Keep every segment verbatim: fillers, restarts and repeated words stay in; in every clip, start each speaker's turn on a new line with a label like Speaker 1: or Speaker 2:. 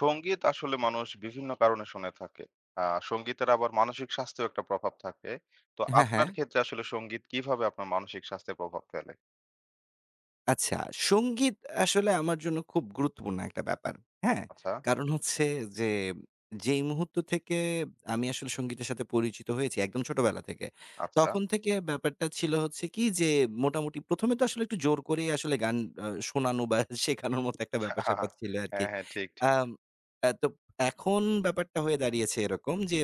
Speaker 1: সংগীত আসলে মানুষ বিভিন্ন কারণে শুনে থাকে। আ সংগীতের আবার মানসিক স্বাস্থ্যেও একটা প্রভাব থাকে। তো
Speaker 2: হ্যাঁ,
Speaker 1: আপনার
Speaker 2: হ্যাঁ।
Speaker 1: ক্ষেত্রে আসলে সংগীত কিভাবে আপনার মানসিক স্বাস্থ্যে প্রভাব ফেলে?
Speaker 2: আচ্ছা, সংগীত আসলে আমার জন্য খুব গুরুত্বপূর্ণ একটা ব্যাপার। হ্যাঁ?
Speaker 1: আচ্ছা,
Speaker 2: কারণ হচ্ছে যে, যেই মুহূর্ত থেকে আমি আসলে সংগীতের সাথে পরিচিত হয়েছি একদম ছোটবেলা থেকে।
Speaker 1: আচ্ছা।
Speaker 2: তখন থেকে ব্যাপারটা ছিল হচ্ছে কি যে, মোটামুটি প্রথম এ তো আসলে একটু জোর করেই আসলে গান আ শোনানো বা শেখানোর মতো একটা ব্যাপার-স্যাপার ছিল আরকি।
Speaker 1: হ্যাঁ, হ্যাঁ। ঠিক, ঠিক।
Speaker 2: আম আ তো এখন ব্যাপারটা হয়ে দাঁড়িয়েছে এরকম যে,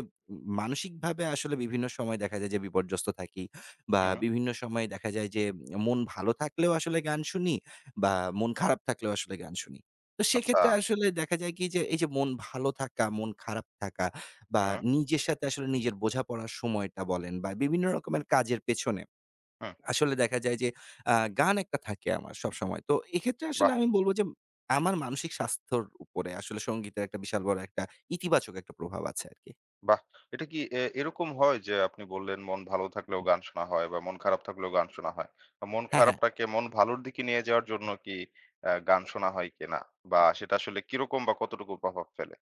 Speaker 2: মানসিকভাবে আসলে বিভিন্ন সময় দেখা যায় যে বিপর্যস্ত থাকি। বা
Speaker 1: হুম।
Speaker 2: বিভিন্ন সময়ে দেখা যায় যে মন ভালো থাকলেও আসলে গান শুনি বা মন খারাপ থাকলেও আসলে গান শুনি। তো
Speaker 1: আচ্ছা।
Speaker 2: সেক্ষেত্রে আসলে দেখা যায় কি যে এই যে মন ভালো থাকা, মন খারাপ থাকা বা
Speaker 1: হুম,
Speaker 2: নিজের সাথে আসলে নিজের বোঝাপড়ার সময়টা বলেন বা বিভিন্ন রকমের কাজের পেছনে
Speaker 1: হুম।
Speaker 2: আসলে দেখা যায় যে আ গান একটা থাকে আমার সবসময়। তো এক্ষেত্রে আসলে
Speaker 1: বাহ!
Speaker 2: আমি বলব যে আমার মানসিক স্বাস্থ্যর উপরে আসলে সংগীতের একটা বিশাল বড় একটা ইতিবাচক একটা প্রভাব আছে আরকি।
Speaker 1: বাহ! এটা কি এ এরকম হয় যে আপনি বললেন মন ভালো থাকলেও গান শোনা হয় বা মন খারাপ থাকলেও গান শোনা হয়। বা মন
Speaker 2: হ্যাঁ, হ্যাঁ।
Speaker 1: খারাপটাকে মন ভালোর দিকে নিয়ে যাওয়ার জন্য কি আ গান শোনা হয় কিনা? বা সেটা আসলে কিরকম বা কতটুকু প্রভাব ফেলে?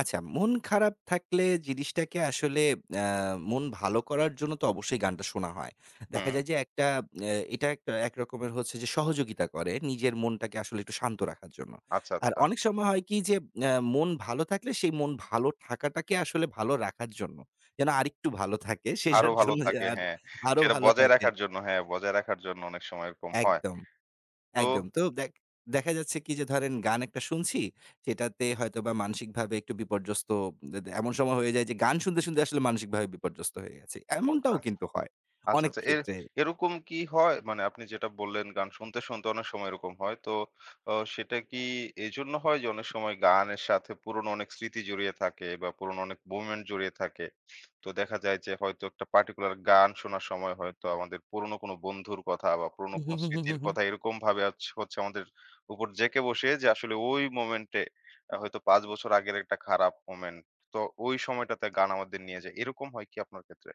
Speaker 2: আচ্ছা, মন খারাপ থাকলে জিনিসটাকে আসলে আ মন ভালো করার জন্য তো অবশ্যই গানটা শোনা হয়। দেখা
Speaker 1: হুম।
Speaker 2: যায় যে একটা অ্যা এটা একটা একরকমের হচ্ছে যে সহযোগিতা করে নিজের মনটাকে আসলে একটু শান্ত রাখার জন্য।
Speaker 1: আচ্ছা,
Speaker 2: আর
Speaker 1: আচ্ছা।
Speaker 2: অনেক সময় হয় কি যে অ্যা মন ভালো থাকলে সেই মন ভালো থাকাটাকে আসলে ভালো রাখার জন্য। যেন আরেকটু ভালো থাকে
Speaker 1: আরো
Speaker 2: সেটার
Speaker 1: ভালো
Speaker 2: জন্য যে
Speaker 1: থাকে
Speaker 2: আর
Speaker 1: হ্যাঁ।
Speaker 2: আরো
Speaker 1: সেটা
Speaker 2: ভালো
Speaker 1: বজায়
Speaker 2: থাকে।
Speaker 1: রাখার জন্য হ্যাঁ, বজায় রাখার জন্য অনেক সময় এরকম হয়।
Speaker 2: একদম।
Speaker 1: তো
Speaker 2: একদম। তো দেখ দেখা যাচ্ছে কি যে ধরেন গান একটা শুনছি, সেটাতে হয়তোবা মানসিকভাবে একটু বিপর্যস্ত দে দে এমন সময় হয়ে যায় যে গান শুনতে, শুনতে আসলে মানসিকভাবে বিপর্যস্ত হয়ে গেছি।
Speaker 1: আ
Speaker 2: এমনটাও কিন্তু হয়
Speaker 1: আচ্ছা,
Speaker 2: অনেক
Speaker 1: আচ্ছা। এর
Speaker 2: ক্ষেত্রে।
Speaker 1: এরকম কি হয়? মানে আপনি যেটা বললেন গান শুনতে, শুনতে অনেক সময় এরকম হয়। তো অ সেটা কি এজন্য হয় যে অনেক সময় গানের সাথে পুরনো অনেক স্মৃতি জড়িয়ে থাকে বা পুরনো অনেক মোমেন্ট জড়িয়ে থাকে। তো দেখা যায় যে হয়তো একটা পার্টিকুলার গান শোনার সময় হয়তো আমাদের পুরনো কোনো বন্ধুর কথা বা পুরনো
Speaker 2: হু, হু,
Speaker 1: কোনো
Speaker 2: হু, হু,
Speaker 1: স্মৃতির
Speaker 2: হু।
Speaker 1: কথা এরকমভাবে আচ হচ্ছে আমাদের উপর জেঁকে বসে যে আসলে ওই মোমেন্টে আ হয়তো পাঁচ বছর আগের একটা খারাপ মোমেন্ট। তো ওই সময়টাতে গান আমাদের নিয়ে যায়। এরকম হয় কি আপনার ক্ষেত্রে?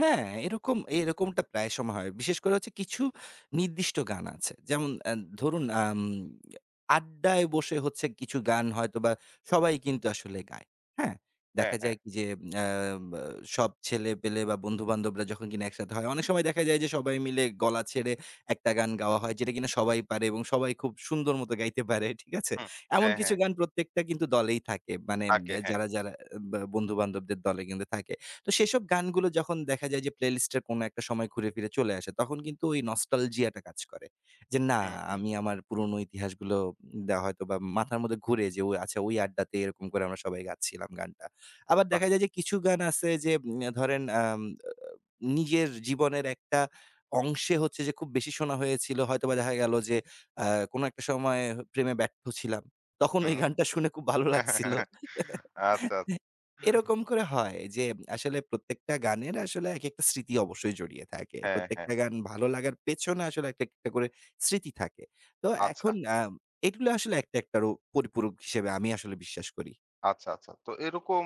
Speaker 2: হ্যাঁ, এরকম এরকমটা প্রায় সময় হয়। বিশেষ করে হচ্ছে কিছু নির্দিষ্ট গান আছে। যেমন আ ধরুন আম আড্ডায় বসে হচ্ছে কিছু গান হয়তোবা সবাই কিন্তু আসলে গায়। হ্যাঁ?
Speaker 1: হ্যাঁ,
Speaker 2: দেখা
Speaker 1: হ্যাঁ।
Speaker 2: যায় কি যে আ বা সব ছেলেপেলে বা বন্ধু-বান্ধবরা যখন কিনা একসাথে হয়, অনেক সময় দেখা যায় যে সবাই মিলে গলা ছেড়ে একটা গান গাওয়া হয় যেটা কিনা সবাই পারে এবং সবাই খুব সুন্দর মতো গাইতে পারে। ঠিক আছে?
Speaker 1: হুম।
Speaker 2: এমন
Speaker 1: হ্যাঁ,
Speaker 2: কিছু
Speaker 1: হ্যাঁ।
Speaker 2: গান প্রত্যেকটা কিন্তু দলেই থাকে। মানে উম,
Speaker 1: থাকে, হ্যাঁ।
Speaker 2: যারা, যারা বা বন্ধু-বান্ধবদের দলে কিন্তু থাকে। তো সেসব গানগুলো যখন দেখা যায় যে প্লেলিস্টের কোনো একটা সময় ঘুরে ফিরে চলে আসে, তখন কিন্তু ওই নস্টালজিয়া টা কাজ করে। যে না,
Speaker 1: হুম, হুম।
Speaker 2: আমি আমার পুরনো ইতিহাসগুলো দা হয়তোবা মাথার মধ্যে ঘুরে যে ও আচ্ছা ওই আড্ডাতে এরকম করে আমরা সবাই গাচ্ছিলাম গানটা। আবার
Speaker 1: বাহ!
Speaker 2: দেখা যায় যে কিছু গান আছে যে উম ধরেন আম নিজের জীবনের একটা অংশে হচ্ছে যে খুব বেশি শোনা হয়েছিল। হয়তোবা দেখা গেল যে আ কোনো একটা সময় প্রেমে ব্যর্থ ছিলাম। তখন ওই
Speaker 1: হুম।
Speaker 2: গানটা শুনে খুব ভালো লাগছিল।
Speaker 1: আচ্ছা, আচ্ছা।
Speaker 2: এরকম করে হয় যে আসলে প্রত্যেকটা গানের আসলে একেকটা স্মৃতি অবশ্যই জড়িয়ে থাকে।
Speaker 1: হ্যাঁ, হ্যাঁ।
Speaker 2: প্রত্যেকটা গান ভালো লাগার পেছনে আসলে এক একটা করে স্মৃতি থাকে। তো
Speaker 1: আচ্ছা,
Speaker 2: এখন আ এগুলো আসলে একটা একটারও পরিপূরক হিসেবে আমি আসলে বিশ্বাস করি।
Speaker 1: আচ্ছা, আচ্ছা। তো এরকম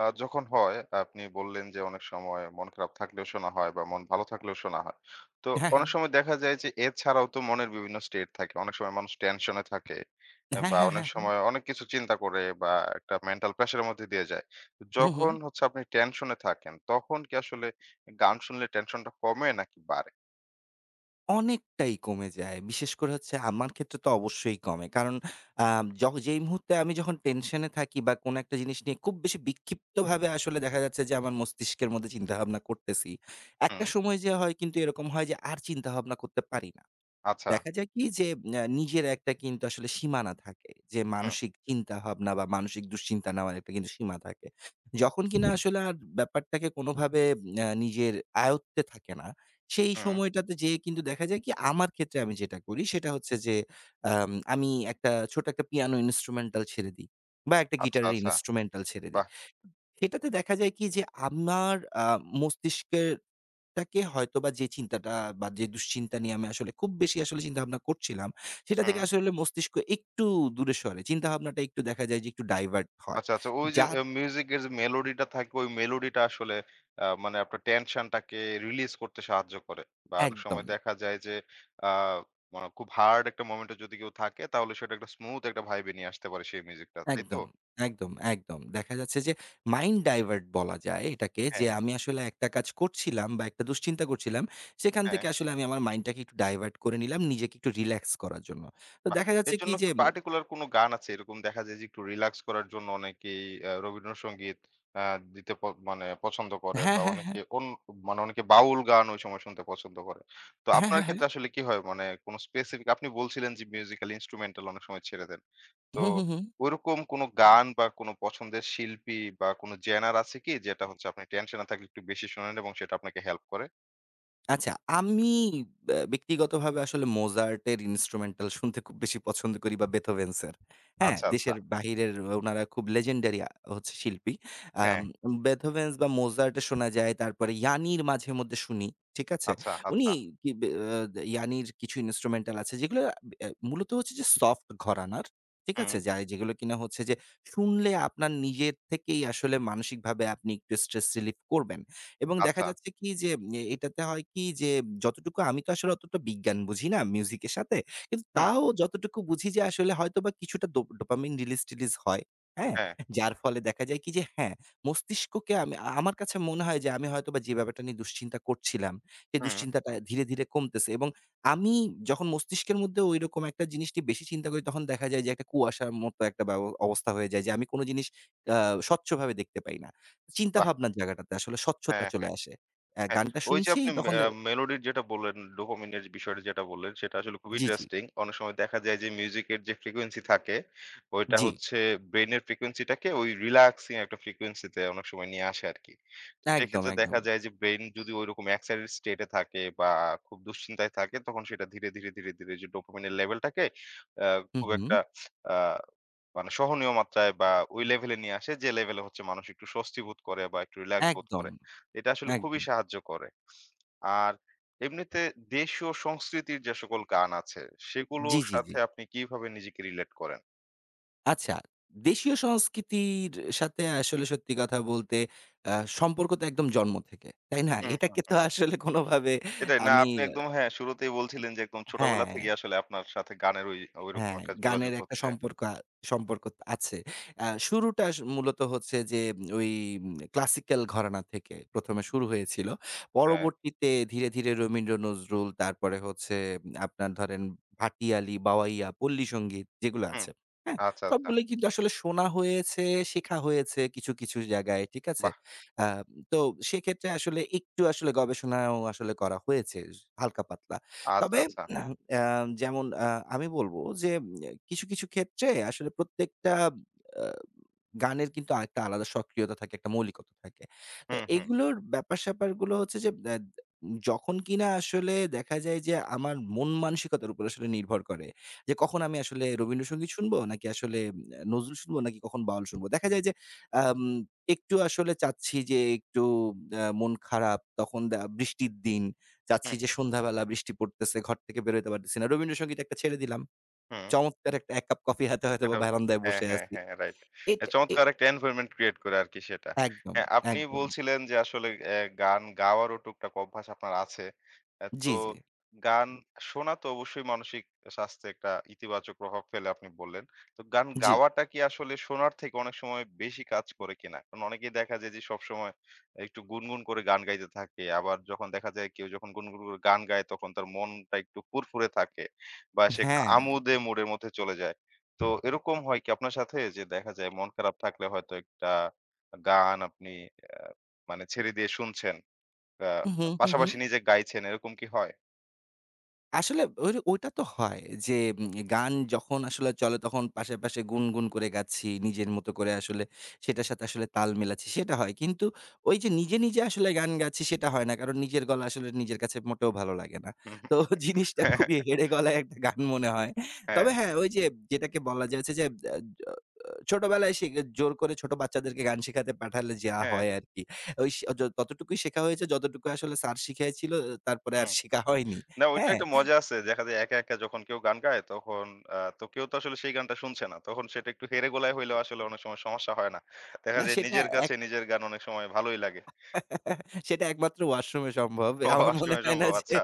Speaker 1: আ যখন হয় আপনি বললেন যে অনেক সময় মন খারাপ থাকলেও শোনা হয় বা মন ভালো থাকলেও শোনা হয়। তো
Speaker 2: হ্যাঁ, হ্যাঁ।
Speaker 1: অনেক সময় দেখা যায় যে এছাড়াও তো মনের বিভিন্ন স্টেট থাকে। অনেক সময় মানুষ টেনশন এ থাকে এ
Speaker 2: হ্যাঁ,
Speaker 1: বা
Speaker 2: হ্যাঁ,
Speaker 1: অনেক
Speaker 2: হ্যাঁ।
Speaker 1: সময় অনেক কিছু চিন্তা করে বা একটা মেন্টাল প্রেশার এর মধ্যে দিয়ে যায়। তো
Speaker 2: হু, হু।
Speaker 1: যখন হচ্ছে আপনি টেনশন এ থাকেন তখন কি আসলে গান শুনলে টেনশনটা কমে নাকি বাড়ে?
Speaker 2: অনেকটাই কমে যায়। বিশেষ করে হচ্ছে আমার ক্ষেত্রে তো অবশ্যই কমে। কারণ আ যখ যেই মুহূর্তে আমি যখন টেনশনে থাকি বা কোনো একটা জিনিস নিয়ে খুব বেশি বিক্ষিপ্তভাবে আসলে দেখা যাচ্ছে যে আমার মস্তিষ্কের মধ্যে চিন্তাভাবনা করতেছি।
Speaker 1: হুম।
Speaker 2: একটা সময় যেয়ে হয় কিন্তু এরকম হয় যে আর চিন্তাভাবনা করতে পারি না।
Speaker 1: আচ্ছা।
Speaker 2: দেখা যায় কি যে আ নিজের একটা কিন্তু আসলে সীমানা থাকে। যে
Speaker 1: হুম,
Speaker 2: মানসিক চিন্তাভাবনা বা মানসিক দুশ্চিন্তা নেওয়ার একটা কিন্তু সীমা থাকে। যখন কিনা আসলে আর ব্যাপারটাকে কোনোভাবে আ নিজের আয়ত্তে থাকে না, সেই
Speaker 1: হুম।
Speaker 2: সময়টাতে যেয়ে কিন্তু দেখা যায় কি আমার ক্ষেত্রে আমি যেটা করি সেটা হচ্ছে যে আম আমি একটা ছোট একটা পিয়ানো ইন্সট্রুমেন্টাল ছেড়ে দিই বা একটা
Speaker 1: আচ্ছা,
Speaker 2: গিটারের
Speaker 1: আচ্ছা।
Speaker 2: ইন্সট্রুমেন্টাল ছেড়ে দিই।
Speaker 1: বাহ!
Speaker 2: সেটাতে দেখা যায় কি যে আমার আ মস্তিষ্কের টাকে হয়তোবা যে চিন্তাটা বা যে দুশ্চিন্তা নিয়ে আমি আসলে খুব বেশি আসলে চিন্তাভাবনা করছিলাম, সেটা থেকে
Speaker 1: হুম।
Speaker 2: আসলে মস্তিষ্ক একটু দূরে সরে। চিন্তাভাবনাটা একটু দেখা যায় যে একটু ডাইভার্ট হয়।
Speaker 1: আচ্ছা, আচ্ছা। ওই যে
Speaker 2: যার
Speaker 1: অ্যা মিউজিকের যে মেলোডিটা থাকে, ওই মেলোডিটা আসলে আ মানে আপনার টেনশনটাকে রিলিজ করতে সাহায্য করে। বা অনেক
Speaker 2: একদম,
Speaker 1: সময় দেখা যায় যে আ মানে খুব হার্ড একটা মোমেন্টে যদি কেউ থাকে, তাহলে সেটা একটা স্মুথ একটা ভাইবে নিয়ে আসতে পারে সেই মিউজিকটা। তাই তো?
Speaker 2: একদম, একদম, একদম। দেখা যাচ্ছে যে মাইন্ড ডাইভার্ট বলা যায় এটাকে, যে
Speaker 1: হ্যাঁ।
Speaker 2: আমি আসলে একটা কাজ করছিলাম বা একটা দুশ্চিন্তা করছিলাম, সেখান
Speaker 1: হ্যাঁ
Speaker 2: থেকে আসলে আমি আমার মাইন্ডটাকে একটু ডাইভার্ট করে নিলাম নিজেকে একটু রিল্যাক্স করার জন্য। তো
Speaker 1: বাহ!
Speaker 2: দেখা যাচ্ছে
Speaker 1: এর
Speaker 2: কি
Speaker 1: জন্য কি
Speaker 2: যে উম,
Speaker 1: পার্টিকুলার কোনো গান আছে? এরকম দেখা যায় যে একটু রিল্যাক্স করার জন্য অনেকেই আ রবীন্দ্রসঙ্গীত আ দিতে প মানে পছন্দ করে
Speaker 2: হ্যাঁ,
Speaker 1: বা
Speaker 2: হ্যাঁ, হ্যাঁ।
Speaker 1: অনেকে অন মানে অনেকে বাউল গান ওই সময় শুনতে পছন্দ করে। তো
Speaker 2: হ্যাঁ,
Speaker 1: আপনার
Speaker 2: হ্যাঁ, হ্যাঁ।
Speaker 1: ক্ষেত্রে আসলে কি হয়? মানে কোনো স্পেসিফিক আপনি বলছিলেন যে মিউজিক্যাল ইন্সট্রুমেন্টাল অনেক সময় ছেড়ে দেন। তো
Speaker 2: হুম, হুম, হুম।
Speaker 1: ওইরকম কোনো গান বা কোনো পছন্দের শিল্পী বা কোনো জেনার আছে কি? যেটা হচ্ছে আপনি টেনশনে থাকলে একটু বেশি শোনেন এবং সেটা আপনাকে হেল্প করে?
Speaker 2: আচ্ছা, আমি ব্যা ব্যক্তিগতভাবে আসলে মোজার্টের ইন্সট্রুমেন্টাল শুনতে খুব বেশি পছন্দ করি বা বেথোভেন্সের। হ্যাঁ?
Speaker 1: আচ্ছা, আচ্ছা।
Speaker 2: দেশের বাহিরের উনারা খুব legendary আ হচ্ছে শিল্পী। আম
Speaker 1: হ্যাঁ।
Speaker 2: বেথোভেন্স বা মোজার্টে শোনা যায়, তারপরে ইয়ানির মাঝে মধ্যে শুনি। ঠিক আছে?
Speaker 1: আচ্ছা,
Speaker 2: উনি
Speaker 1: আচ্ছা।
Speaker 2: কি বে আ ইয়ানির কিছু ইন্সট্রুমেন্টাল আছে যেগুলো অ্যা মূলত হচ্ছে যে সফট ঘরানার। ঠিক আছে?
Speaker 1: হুম।
Speaker 2: যা যেগুলো কিনা হচ্ছে যে শুনলে আপনার নিজের থেকেই আসলে মানসিকভাবে আপনি একটু স্ট্রেস রিলিফ করবেন। এবং দেখা
Speaker 1: আচ্ছা।
Speaker 2: যাচ্ছে কি যে এ এটাতে হয় কি যে যতটুকু আমি তো আসলে অতটা বিজ্ঞান বুঝি না মিউজিকের সাথে। কিন্তু
Speaker 1: হুম।
Speaker 2: তাও যতটুকু বুঝি যে আসলে হয়তোবা কিছুটা ডো ডোপামিন রিলিজ-টিলিজ হয়। হ্যাঁ?
Speaker 1: হ্যাঁ।
Speaker 2: যার ফলে দেখা যায় কি যে হ্যাঁ, মস্তিষ্ককে আমি আ আমার কাছে মনে হয় যে আমি হয়তোবা যে ব্যাপারটা নিয়ে দুশ্চিন্তা করছিলাম, সেই
Speaker 1: হুম।
Speaker 2: দুশ্চিন্তাটা ধীরে, ধীরে কমতেছে এবং আমি যখন মস্তিষ্কের মধ্যে ঐরকম একটা জিনিস নিয়ে বেশি চিন্তা করি তখন দেখা যায় যে একটা কুয়াশার মতো একটা ব্যব অবস্থা হয়ে যায় যে আমি কোন জিনিস আ স্বচ্ছভাবে দেখতে পাই না। চিন্তা
Speaker 1: বাহ!
Speaker 2: ভাবনার জায়গাটাতে আসলে স্বচ্ছতা
Speaker 1: হ্যাঁ,
Speaker 2: চলে
Speaker 1: হ্যাঁ,
Speaker 2: আসে। অ্যা
Speaker 1: হ্যাঁ।
Speaker 2: গানটা
Speaker 1: ওই যে
Speaker 2: শুনছি
Speaker 1: আপনি মে
Speaker 2: তখন দে
Speaker 1: মেলোডির যেটা বললেন, ডোপামিনের বিষয়টা যেটা বললেন, সেটা আসলে খুবই
Speaker 2: জি, জি,
Speaker 1: ইন্টারেস্টিং। অনেক সময় দেখা যায় যে মিউজিকের যে ফ্রিকোয়েন্সি থাকে, ওইটা
Speaker 2: জি।
Speaker 1: হচ্ছে ব্রেইনের ফ্রিকোয়েন্সিটাকে ওই রিল্যাক্সিং একটা ফ্রিকোয়েন্সিতে অনেক সময় নিয়ে আসে আরকি। তো
Speaker 2: একদম,
Speaker 1: সেক্ষেত্রে
Speaker 2: একদম।
Speaker 1: দেখা যায় যে ব্রেইন যদি ঐরকম এক্সাইটেড স্টেট এ থাকে বা খুব দুশ্চিন্তায় থাকে, তখন সেটা ধীরে, ধীরে, ধীরে, ধীরে যে ডোপামিনের লেভেলটাকে আ
Speaker 2: হুম,
Speaker 1: খুব
Speaker 2: হুম।
Speaker 1: একটা আ মানে সহনীয় মাত্রায় বা ওই লেভেলে নিয়ে আসে যে লেভেলে হচ্ছে মানুষ একটু স্বস্তি বোধ করে বা একটু রিল্যাক্স বোধ
Speaker 2: একদম,
Speaker 1: করে। এটা আসলে খুবই
Speaker 2: একদম।
Speaker 1: সাহায্য করে। আর এমনিতে দেশীয় সংস্কৃতির যে সকল গান আছে, সেগুলোর
Speaker 2: জি, জি, জি।
Speaker 1: সাথে আপনি কিভাবে নিজেকে রিলেট করেন?
Speaker 2: আচ্ছা, দেশীয় সংস্কৃতির সাথে আসলে সত্যি কথা বলতে আ সম্পর্ক তো একদম জন্ম থেকে। তাই না?
Speaker 1: হুম, হুম,
Speaker 2: এটাকে তো
Speaker 1: হুম।
Speaker 2: আসলে কোনোভাবে
Speaker 1: এটাই না
Speaker 2: আমি
Speaker 1: আপনি একদম হ্যাঁ, শুরুতেই বলছিলেন যে একদম ছোটবেলা
Speaker 2: হ্যাঁ।
Speaker 1: থেকেই আসলে আপনার সাথে গানের ওই ঐরকম
Speaker 2: হ্যাঁ,
Speaker 1: একটা যোগাযোগ
Speaker 2: গানের একটা
Speaker 1: হচ্ছে।
Speaker 2: সম্পর্ক আ সম্পর্ক আছে। আ শুরুটা স মূলত হচ্ছে যে ওই ক্লাসিক্যাল ঘরানা থেকে প্রথম এ শুরু হয়েছিল।
Speaker 1: হ্যাঁ,
Speaker 2: পরবর্তীতে ধীরে, ধীরে রবীন্দ্র নজরুল তারপরে হচ্ছে উম, আপনার ধরেন ভাটিয়ালি, বাওয়াইয়া, পল্লী সংগীত যেগুলো
Speaker 1: হুম।
Speaker 2: আছে, হ্যাঁ?
Speaker 1: আচ্ছা, আচ্ছা।
Speaker 2: সবগুলোই কিন্তু আসলে শোনা হয়েছে, শেখা হয়েছে কিছু, কিছু জায়গায়, ঠিক আছে?
Speaker 1: বাহ!
Speaker 2: আ তো সেক্ষেত্রে আসলে একটু আসলে গবেষণাও আসলে করা হয়েছে হালকা পাতলা।
Speaker 1: আচ্ছা,
Speaker 2: তবে
Speaker 1: আচ্ছা।
Speaker 2: আম, যেমন আ আমি বলব যে, উম, কিছু, কিছু ক্ষেত্রে আসলে প্রত্যেকটা আ গানের কিন্তু আরেকটা আলাদা সক্রিয়তা থাকে, একটা মৌলিকতা থাকে। তো
Speaker 1: হুম, হুম,
Speaker 2: এগুলোর ব্যাপার-স্যাপারগুলো হচ্ছে যে অ্যা যখন কিনা আসলে দেখা যায় যে আমার মন মানসিকতার উপর আসলে নির্ভর করে। যে কখন আমি আসলে রবীন্দ্রসঙ্গীত শুনবো নাকি আসলে অ্যা নজরুল শুনবো নাকি কখন বাউল শুনবো। দেখা যায় যে আম একটু আসলে চাচ্ছি যে একটু অ্যা মন খারাপ তখন দা বৃষ্টির দিন, চাচ্ছি
Speaker 1: হুম,
Speaker 2: যে সন্ধ্যাবেলা বৃষ্টি পড়তেছে, ঘর থেকে বেরোতে পারতেছি না। রবীন্দ্রসঙ্গীত একটা ছেড়ে দিলাম।
Speaker 1: হুম।
Speaker 2: চমৎকার একটা এক কাপ কফি হাতে হয়তোবা
Speaker 1: এটা
Speaker 2: বারান্দায়
Speaker 1: হ্যাঁ,
Speaker 2: বসে
Speaker 1: হ্যাঁ,
Speaker 2: আছি।
Speaker 1: হ্যাঁ, রাইট। অ্যা
Speaker 2: এটা এ
Speaker 1: চমৎকার একটা এনভায়রনমেন্ট ক্রিয়েট করে আরকি সেটা।
Speaker 2: একদম,
Speaker 1: হ্যাঁ, আপনি
Speaker 2: একদম।
Speaker 1: বলছিলেন যে আসলে অ্যা গান গাওয়ারও টুকটাক অভ্যাস আপনার আছে। অ্যা
Speaker 2: জি,
Speaker 1: তো
Speaker 2: জি,
Speaker 1: গান শোনা তো অবশ্যই মানসিক স্বাস্থ্যে একটা ইতিবাচক প্রভাব ফেলে আপনি বললেন। তো গান
Speaker 2: জি।
Speaker 1: গাওয়াটা কি আসলে শোনার থেকে অনেক সময় বেশি কাজ করে কিনা? কারণ অনেকেই দেখা যায় যে সবসময় একটু গুনগুন করে গান গাইতে থাকে। আবার যখন দেখা যায় কেউ যখন গুনগুন করে গান গায় তখন তার মনটা একটু ফুরফুরে থাকে বা সে একটু
Speaker 2: হ্যাঁ।
Speaker 1: আমোদে মোডের মধ্যে চলে যায়। তো এরকম হয় কি আপনার সাথে যে দেখা যায় মন খারাপ থাকলে হয়তো একটা গান আপনি আহ, মানে ছেড়ে দিয়ে শুনছেন আহ,
Speaker 2: হু, হু, হু।
Speaker 1: পাশাপাশি নিজে গাইছেন এরকম কি হয়?
Speaker 2: আসলে ওই ওইটা তো হয় যে উম গান যখন আসলে চলে তখন পাশে, পাশে গুনগুন করে গাচ্ছি। নিজের মতো করে আসলে সেটার সাথে আসলে তাল মেলাচ্ছি সেটা হয়। কিন্তু ওই যে নিজে, নিজে আসলে গান গাচ্ছি সেটা হয় না। কারণ নিজের গলা আসলে নিজের কাছে মোটেও ভালো লাগে না।
Speaker 1: হুম, হুম।
Speaker 2: তো জিনিসটা খুবই হেঁড়ে গলায় একটা গান মনে হয়।
Speaker 1: হ্যাঁ,
Speaker 2: তবে হ্যাঁ, ওই যে যেটাকে বলা যায় হচ্ছে যে আ ছোটবেলায় শিখে জোর করে ছোট বাচ্চাদেরকে গান শেখাতে পাঠালে যা
Speaker 1: হ্যাঁ,
Speaker 2: হয় আরকি। ওই সে য ততটুকুই শেখা হয়েছে যতটুকু আসলে স্যার শিখিয়েছিল, তারপরে আর
Speaker 1: হুম।
Speaker 2: শেখা হয়নি।
Speaker 1: না ওইটা
Speaker 2: হ্যাঁ?
Speaker 1: একটা মজা আছে। দেখা যায় একা, একা যখন কেউ গান গায় তখন আহ, তো কেউ তো আসলে সেই গানটা শুনছে না। তখন সেটা একটু হেরে গোলায় হইলেও আসলে অনেক সময় সমস্যা হয় না। দেখা
Speaker 2: না,
Speaker 1: যায়
Speaker 2: সেটা
Speaker 1: নিজের কাছে নিজের গান অনেক সময় ভালোই লাগে।
Speaker 2: সেটা একমাত্র ওয়াশরুমে সম্ভব।
Speaker 1: ও
Speaker 2: আমার মনে
Speaker 1: অষ্টমে
Speaker 2: হয় না
Speaker 1: সম্ভব
Speaker 2: যে
Speaker 1: আচ্ছা।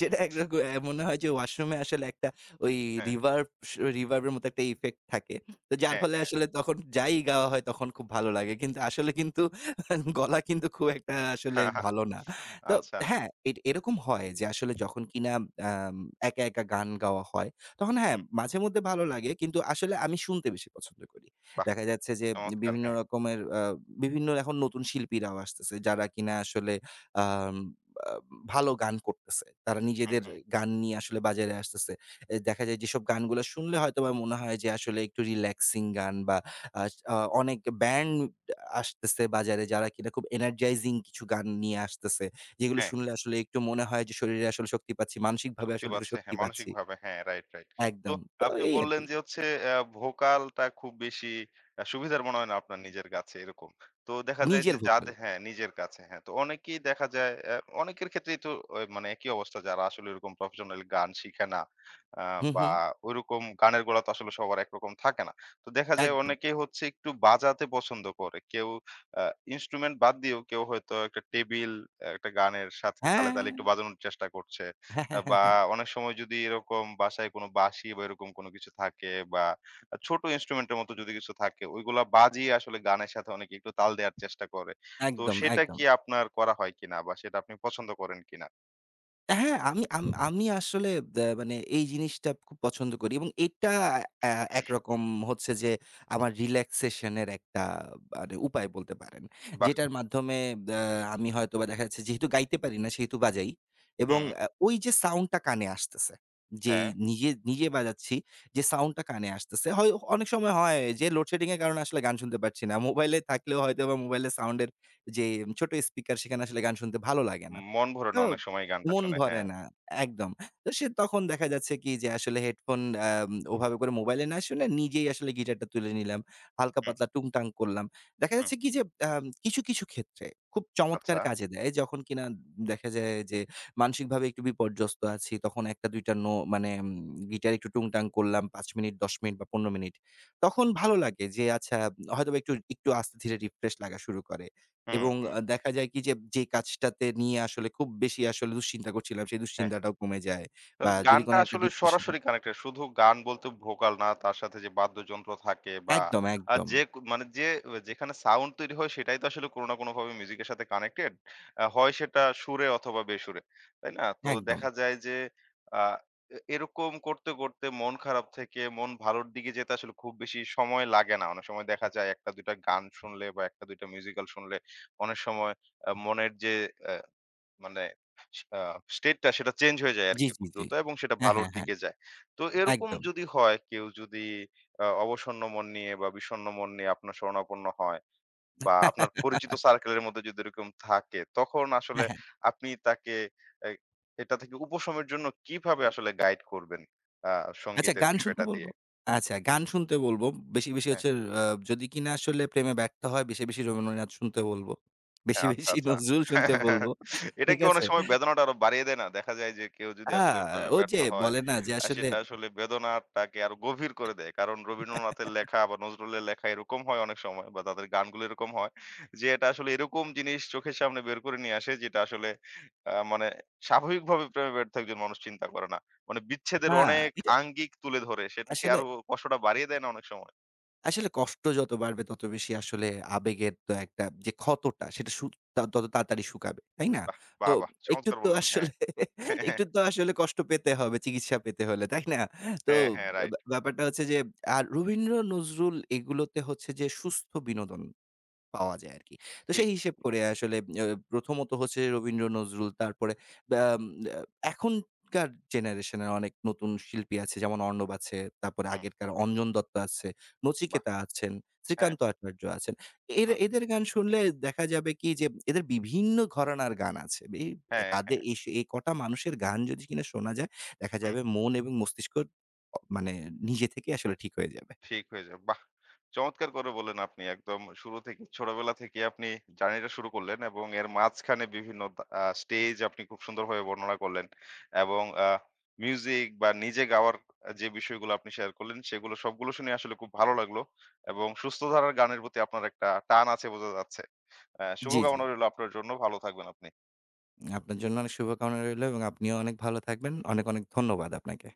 Speaker 2: সেটা একরকম এ মনে হয় যে ওয়াশরুমে আসলে একটা ওই
Speaker 1: হ্যাঁ,
Speaker 2: রিভার্ব স রিভার্বের মতো একটা ইফেক্ট থাকে। তো যার
Speaker 1: হ্যাঁ,
Speaker 2: ফলে
Speaker 1: হ্যাঁ।
Speaker 2: আসলে তখন যাই গাওয়া হয় তখন খুব ভালো লাগে। কিন্তু আসলে কিন্তু গলা কিন্তু খুব একটা আসলে ভালো না। তো
Speaker 1: আচ্ছা।
Speaker 2: হ্যাঁ, এ এরকম হয় যে আসলে যখন কিনা আম একা, একা গান গাওয়া হয় তখন হ্যাঁ,
Speaker 1: হুম,
Speaker 2: মাঝেমধ্যে ভালো লাগে। কিন্তু আসলে আমি শুনতে বেশি পছন্দ করি।
Speaker 1: বাহ!
Speaker 2: দেখা যাচ্ছে যে
Speaker 1: চমৎকার।
Speaker 2: বিভিন্ন
Speaker 1: হ্যাঁ।
Speaker 2: রকমের আ বিভিন্ন এখন নতুন শিল্পীরাও আসতেছে যারা কিনা আসলে আম আ ভালো গান করতেছে। তারা
Speaker 1: হুম,
Speaker 2: নিজেদের
Speaker 1: হুম।
Speaker 2: গান নিয়ে আসলে বাজারে আসতেছে। এ দেখা যায় যেসব গানগুলা শুনলে হয়তোবা মনে হয় যে আসলে একটু রিল্যাক্সিং গান বা আস আ অনেক ব্যান্ড আসতেছে বাজারে যারা কিনা খুব এনার্জাইজিং কিছু গান নিয়ে আসতেছে। যেগুলো
Speaker 1: হ্যাঁ।
Speaker 2: শুনলে আসলে একটু মনে হয় যে শরীরে আসলে শক্তি পাচ্ছি। মানসিকভাবে
Speaker 1: শক্তি
Speaker 2: আসলে একটু
Speaker 1: পাচ্ছে।
Speaker 2: শক্তি
Speaker 1: হ্যাঁ,
Speaker 2: পাচ্ছি।
Speaker 1: মানসিকভাবে হ্যাঁ, রাইট, রাইট। তো
Speaker 2: একদম। তো
Speaker 1: আপনি
Speaker 2: এই
Speaker 1: বললেন
Speaker 2: আরকি।
Speaker 1: যে হচ্ছে অ্যা ভোকালটা খুব বেশি অ্যা সুবিধার মনে হয় না আপনার নিজের কাছে এরকম। তো দেখা যায় যে
Speaker 2: নিজের ভোকাল।
Speaker 1: যাতে হ্যাঁ, নিজের কাছে হ্যাঁ। তো অনেকেই দেখা যায় অ্যা অনেকের ক্ষেত্রেই তো অ মানে একই অবস্থা যারা আসলে ওরকম প্রফেশনাল গান শিখে না আ
Speaker 2: হু,
Speaker 1: বা
Speaker 2: হু।
Speaker 1: ওইরকম গানের গলা তো আসলে সবার একরকম থাকে না। তো দেখা যায়
Speaker 2: একদম।
Speaker 1: অনেকেই হচ্ছে একটু বাজাতে পছন্দ করে। কেউ আ ইন্সট্রুমেন্ট বাদ দিয়েও কেউ হয়তো একটা টেবিল, একটা গানের সাথে তালে,
Speaker 2: হ্যাঁ।
Speaker 1: তালে একটু বাজানোর চেষ্টা করছে।
Speaker 2: হ্যাঁ,
Speaker 1: আ
Speaker 2: হ্যাঁ, হ্যাঁ,
Speaker 1: বা
Speaker 2: হ্যাঁ।
Speaker 1: অনেক সময় যদি এরকম বাসায় কোনো বাঁশি বা এরকম কোনো কিছু থাকে বা আ ছোট ইন্সট্রুমেন্টের মতো যদি কিছু থাকে, ওইগুলা বাজিয়ে আসলে গানের সাথে অনেকে একটু তাল দেয়ার চেষ্টা করে। তো
Speaker 2: একদম,
Speaker 1: সেটা
Speaker 2: একদম।
Speaker 1: কি আপনার করা হয় কিনা? বা সেটা আপনি পছন্দ করেন কিনা?
Speaker 2: হ্যাঁ, আমি আম আমি আসলে দ্যা মানে এই জিনিসটা খুব পছন্দ করি এবং এটা আ একরকম হচ্ছে যে আমার রিল্যাক্সেশন এর একটা মানে উপায় বলতে পারেন।
Speaker 1: বাহ!
Speaker 2: যেটার মাধ্যমে দ্যা আমি হয়তোবা দেখা যাচ্ছে যেহেতু গাইতে পারি না সেহেতু বাজাই এবং
Speaker 1: হুম,
Speaker 2: আ ওই যে সাউন্ডটা কানে আসতেছে। যেই
Speaker 1: হ্যাঁ।
Speaker 2: নিজে, নিজে বাজাচ্ছি যে সাউন্ডটা কানে আসতেছে। হয় অনেক সময় হয় যে লোডশেডিং এর কারণে আসলে গান শুনতে পারছি না। মোবাইলে থাকলেও হয়তোবা মোবাইলের সাউন্ডের যে ছোট স্পিকার সেখানে আসলে গান শুনতে ভালো লাগে না।
Speaker 1: মন ভরে না
Speaker 2: তো
Speaker 1: অনেক সময় গানটা
Speaker 2: মন
Speaker 1: শুনে।
Speaker 2: ভরে
Speaker 1: হ্যাঁ।
Speaker 2: না। একদম। তো সে তখন দেখা যাচ্ছে কি যে আসলে হেডফোন আম ওভাবে করে মোবাইলে না শুনে নিজেই আসলে গিটারটা তুলে নিলাম। হালকা
Speaker 1: হুম,
Speaker 2: পাতলা টুংটাং করলাম। দেখা
Speaker 1: হুম।
Speaker 2: যাচ্ছে কি যে আম কিছু, কিছু ক্ষেত্রে খুব
Speaker 1: আচ্ছা।
Speaker 2: চমৎকার কাজে দেয়। যখন কিনা দেখা যায় যে মানসিকভাবে একটু বিপর্যস্ত আছি তখন এক দুই টা নো মানে উম গিটারে একটু টুংটাং করলাম পাঁচ মিনিট, দশ মিনিট বা পনেরো মিনিট। তখন ভালো লাগে যে আচ্ছা হয়তোবা একটু, একটু আস্তে ধীরে রিফ্রেশ লাগা শুরু করে।
Speaker 1: হুম,
Speaker 2: এবং
Speaker 1: হুম।
Speaker 2: আ দেখা যায় কি যে, যে কাজটাতে নিয়ে আসলে খুব বেশি আসলে দুশ্চিন্তা করছিলাম, সেই
Speaker 1: হ্যাঁ।
Speaker 2: দুশ্চিন্তাটাও কমে যায়। বা
Speaker 1: তাহলে
Speaker 2: যদি
Speaker 1: গানটা
Speaker 2: কোনো একটা
Speaker 1: আসলে
Speaker 2: ডিপ্রেশন এ
Speaker 1: সরাসরি কানেক্টেড। শুধু গান বলতে ভোকাল না, তার সাথে যে বাদ্যযন্ত্র থাকে বা
Speaker 2: একদম,
Speaker 1: আ
Speaker 2: একদম,
Speaker 1: যে ক মানে যে যেখানে সাউন্ড তৈরি হয় সেটাই তো আসলে কোনো না কোনোভাবে মিউজিকের সাথে কানেক্টেড। আ হয় সেটা সুরে অথবা বেসুরে। তাই না? তো
Speaker 2: একদম।
Speaker 1: দেখা যায় যে আ এ এরকম করতে, করতে মন খারাপ থেকে মন ভালোর দিকে যেতে আসলে খুব বেশি সময় লাগে না। অনেক সময় দেখা যায় এক টা দুই টা গান শুনলে বা এক টা দুই টা মিউজিক্যাল শুনলে অনেক সময় আ মনের যে অ্যা মানে আ স্টেটটা সেটা চেঞ্জ হয়ে যায়
Speaker 2: জি,
Speaker 1: আরকি
Speaker 2: জি,
Speaker 1: খুব
Speaker 2: জি।
Speaker 1: দ্রুত এবং সেটা
Speaker 2: হ্যাঁ,
Speaker 1: ভালোর
Speaker 2: হ্যাঁ, হ্যাঁ।
Speaker 1: দিকে যায়। তো এরকম
Speaker 2: একদম।
Speaker 1: যদি হয় কেউ যদি আ অবসন্ন মন নিয়ে বা বিষণ্ণ মন নিয়ে আপনার শরণাপন্ন হয় বা আপনার পরিচিত সার্কেলের মধ্যে যদি এরকম থাকে, তখন আসলে
Speaker 2: হ্যাঁ, হ্যাঁ।
Speaker 1: আপনি তাকে এ এটা থেকে উপশমের জন্য কিভাবে আসলে গাইড করবেন আ
Speaker 2: আচ্ছা,
Speaker 1: সংগীতের
Speaker 2: গান শুনতে
Speaker 1: বিষয়টা
Speaker 2: বলব।
Speaker 1: দিয়ে?
Speaker 2: আচ্ছা, গান শুনতে বলবো। বেশি, বেশি
Speaker 1: হ্যাঁ।
Speaker 2: হচ্ছে আ যদি কিনা আসলে প্রেমে ব্যর্থ হয়, বেশি, বেশি রবীন্দ্রনাথ শুনতে বলব। বেশি,
Speaker 1: হ্যাঁ, আচ্ছা,
Speaker 2: বেশি
Speaker 1: আচ্ছা।
Speaker 2: নজরুল শুনতে বলবো।
Speaker 1: এটা
Speaker 2: ঠিক
Speaker 1: কি অনেক
Speaker 2: আছে?
Speaker 1: সময় বেদনাটা আরো বাড়িয়ে দেয় না? দেখা যায় যে কেউ যদি
Speaker 2: আ
Speaker 1: আসলে প্রেমে
Speaker 2: ওই
Speaker 1: ব্যর্থ
Speaker 2: যে
Speaker 1: হয়,
Speaker 2: বলে না যে
Speaker 1: আ
Speaker 2: আসলে
Speaker 1: সেটা আসলে বেদনাটাকে আরো গভীর করে দেয়। কারণ রবীন্দ্রনাথের লেখা বা নজরুলের লেখা এরকম হয় অনেক সময় বা তাদের গানগুলো এরকম হয় যে এটা আসলে এরকম জিনিস চোখের সামনে বের করে নিয়ে আসে যেটা আসলে আ মানে স্বাভাবিকভাবে প্রেমে ব্যর্থ একজন মানুষ চিন্তা করে না। মানে বিচ্ছেদের
Speaker 2: আ
Speaker 1: অনেক
Speaker 2: এটা
Speaker 1: আঙ্গিক তুলে ধরে সেটা কি
Speaker 2: আসলে
Speaker 1: আরো কষ্টটা বাড়িয়ে দেয় না অনেক সময়?
Speaker 2: আসলে কষ্ট যত বাড়বে তত বেশি আসলে আবেগের তো একটা যে ক্ষতটা সেটা সু তা তত তাড়াতাড়ি শুকাবে। তাই না?
Speaker 1: বাহ!
Speaker 2: তো
Speaker 1: বাহ! বাহ!
Speaker 2: একটু
Speaker 1: চমৎকার
Speaker 2: তো
Speaker 1: বললেন। হ্যাঁ।
Speaker 2: আসলে একটু তো আসলে কষ্ট পেতে হবে চিকিৎসা পেতে হলে। তাই না? তো
Speaker 1: হ্যাঁ, হ্যাঁ, রাইট।
Speaker 2: ব্যা ব্যাপারটা হচ্ছে যে আর রবীন্দ্র নজরুল এগুলোতে হচ্ছে যে সুস্থ বিনোদন। পাওয়া যায় আরকি। তো
Speaker 1: ঠিক।
Speaker 2: সেই হিসেব করে আসলে অ প্রথমত হচ্ছে রবীন্দ্র নজরুল তারপরে আম আ এখনকার জেনারেশনের অনেক নতুন শিল্পী আছে যেমন অর্ণব আছে, তারপরে
Speaker 1: হুম,
Speaker 2: আগেরকার অঞ্জন দত্ত আছে,
Speaker 1: বাহ!
Speaker 2: নচিকেতা আছেন,
Speaker 1: হ্যাঁ,
Speaker 2: শ্রীকান্ত আচার্য আছেন। এর
Speaker 1: হুম।
Speaker 2: এদের গান শুনলে দেখা যাবে কি যে এদের বিভিন্ন ঘরানার গান আছে। এই এ
Speaker 1: হ্যাঁ,
Speaker 2: তাদের
Speaker 1: হ্যাঁ।
Speaker 2: এই স এই কটা মানুষের গান যদি কিনা শোনা যায় দেখা
Speaker 1: হুম।
Speaker 2: যাবে মন এবং মস্তিষ্ক অ মানে নিজে থেকে আসলে ঠিক হয়ে যাবে।
Speaker 1: ঠিক হয়ে যাবে। বাহ! চমৎকার করে বললেন আপনি। একদম শুরু থেকে ছোটবেলা থেকে আপনি জার্নিটা শুরু করলেন এবং এর মাঝখানে বিভিন্ন দা আ স্টেজ আপনি খুব সুন্দরভাবে বর্ণনা করলেন। এবং আ মিউজিক বা নিজে গাওয়ার যে বিষয়গুলো আপনি শেয়ার করলেন সেগুলো সবগুলো শুনে আসলে খুব ভালো লাগলো। এবং সুস্থ ধারার গানের প্রতি আপনার একটা টান আছে বোঝা যাচ্ছে। আ
Speaker 2: জি, জি।
Speaker 1: শুভকামনা রইলো আপনার জন্য। ভালো থাকবেন আপনি।
Speaker 2: আপনার জন্য অনেক শুভকামনা রইলো এবং আপনিও অনেক ভালো থাকবেন। অনেক, অনেক ধন্যবাদ আপনাকে।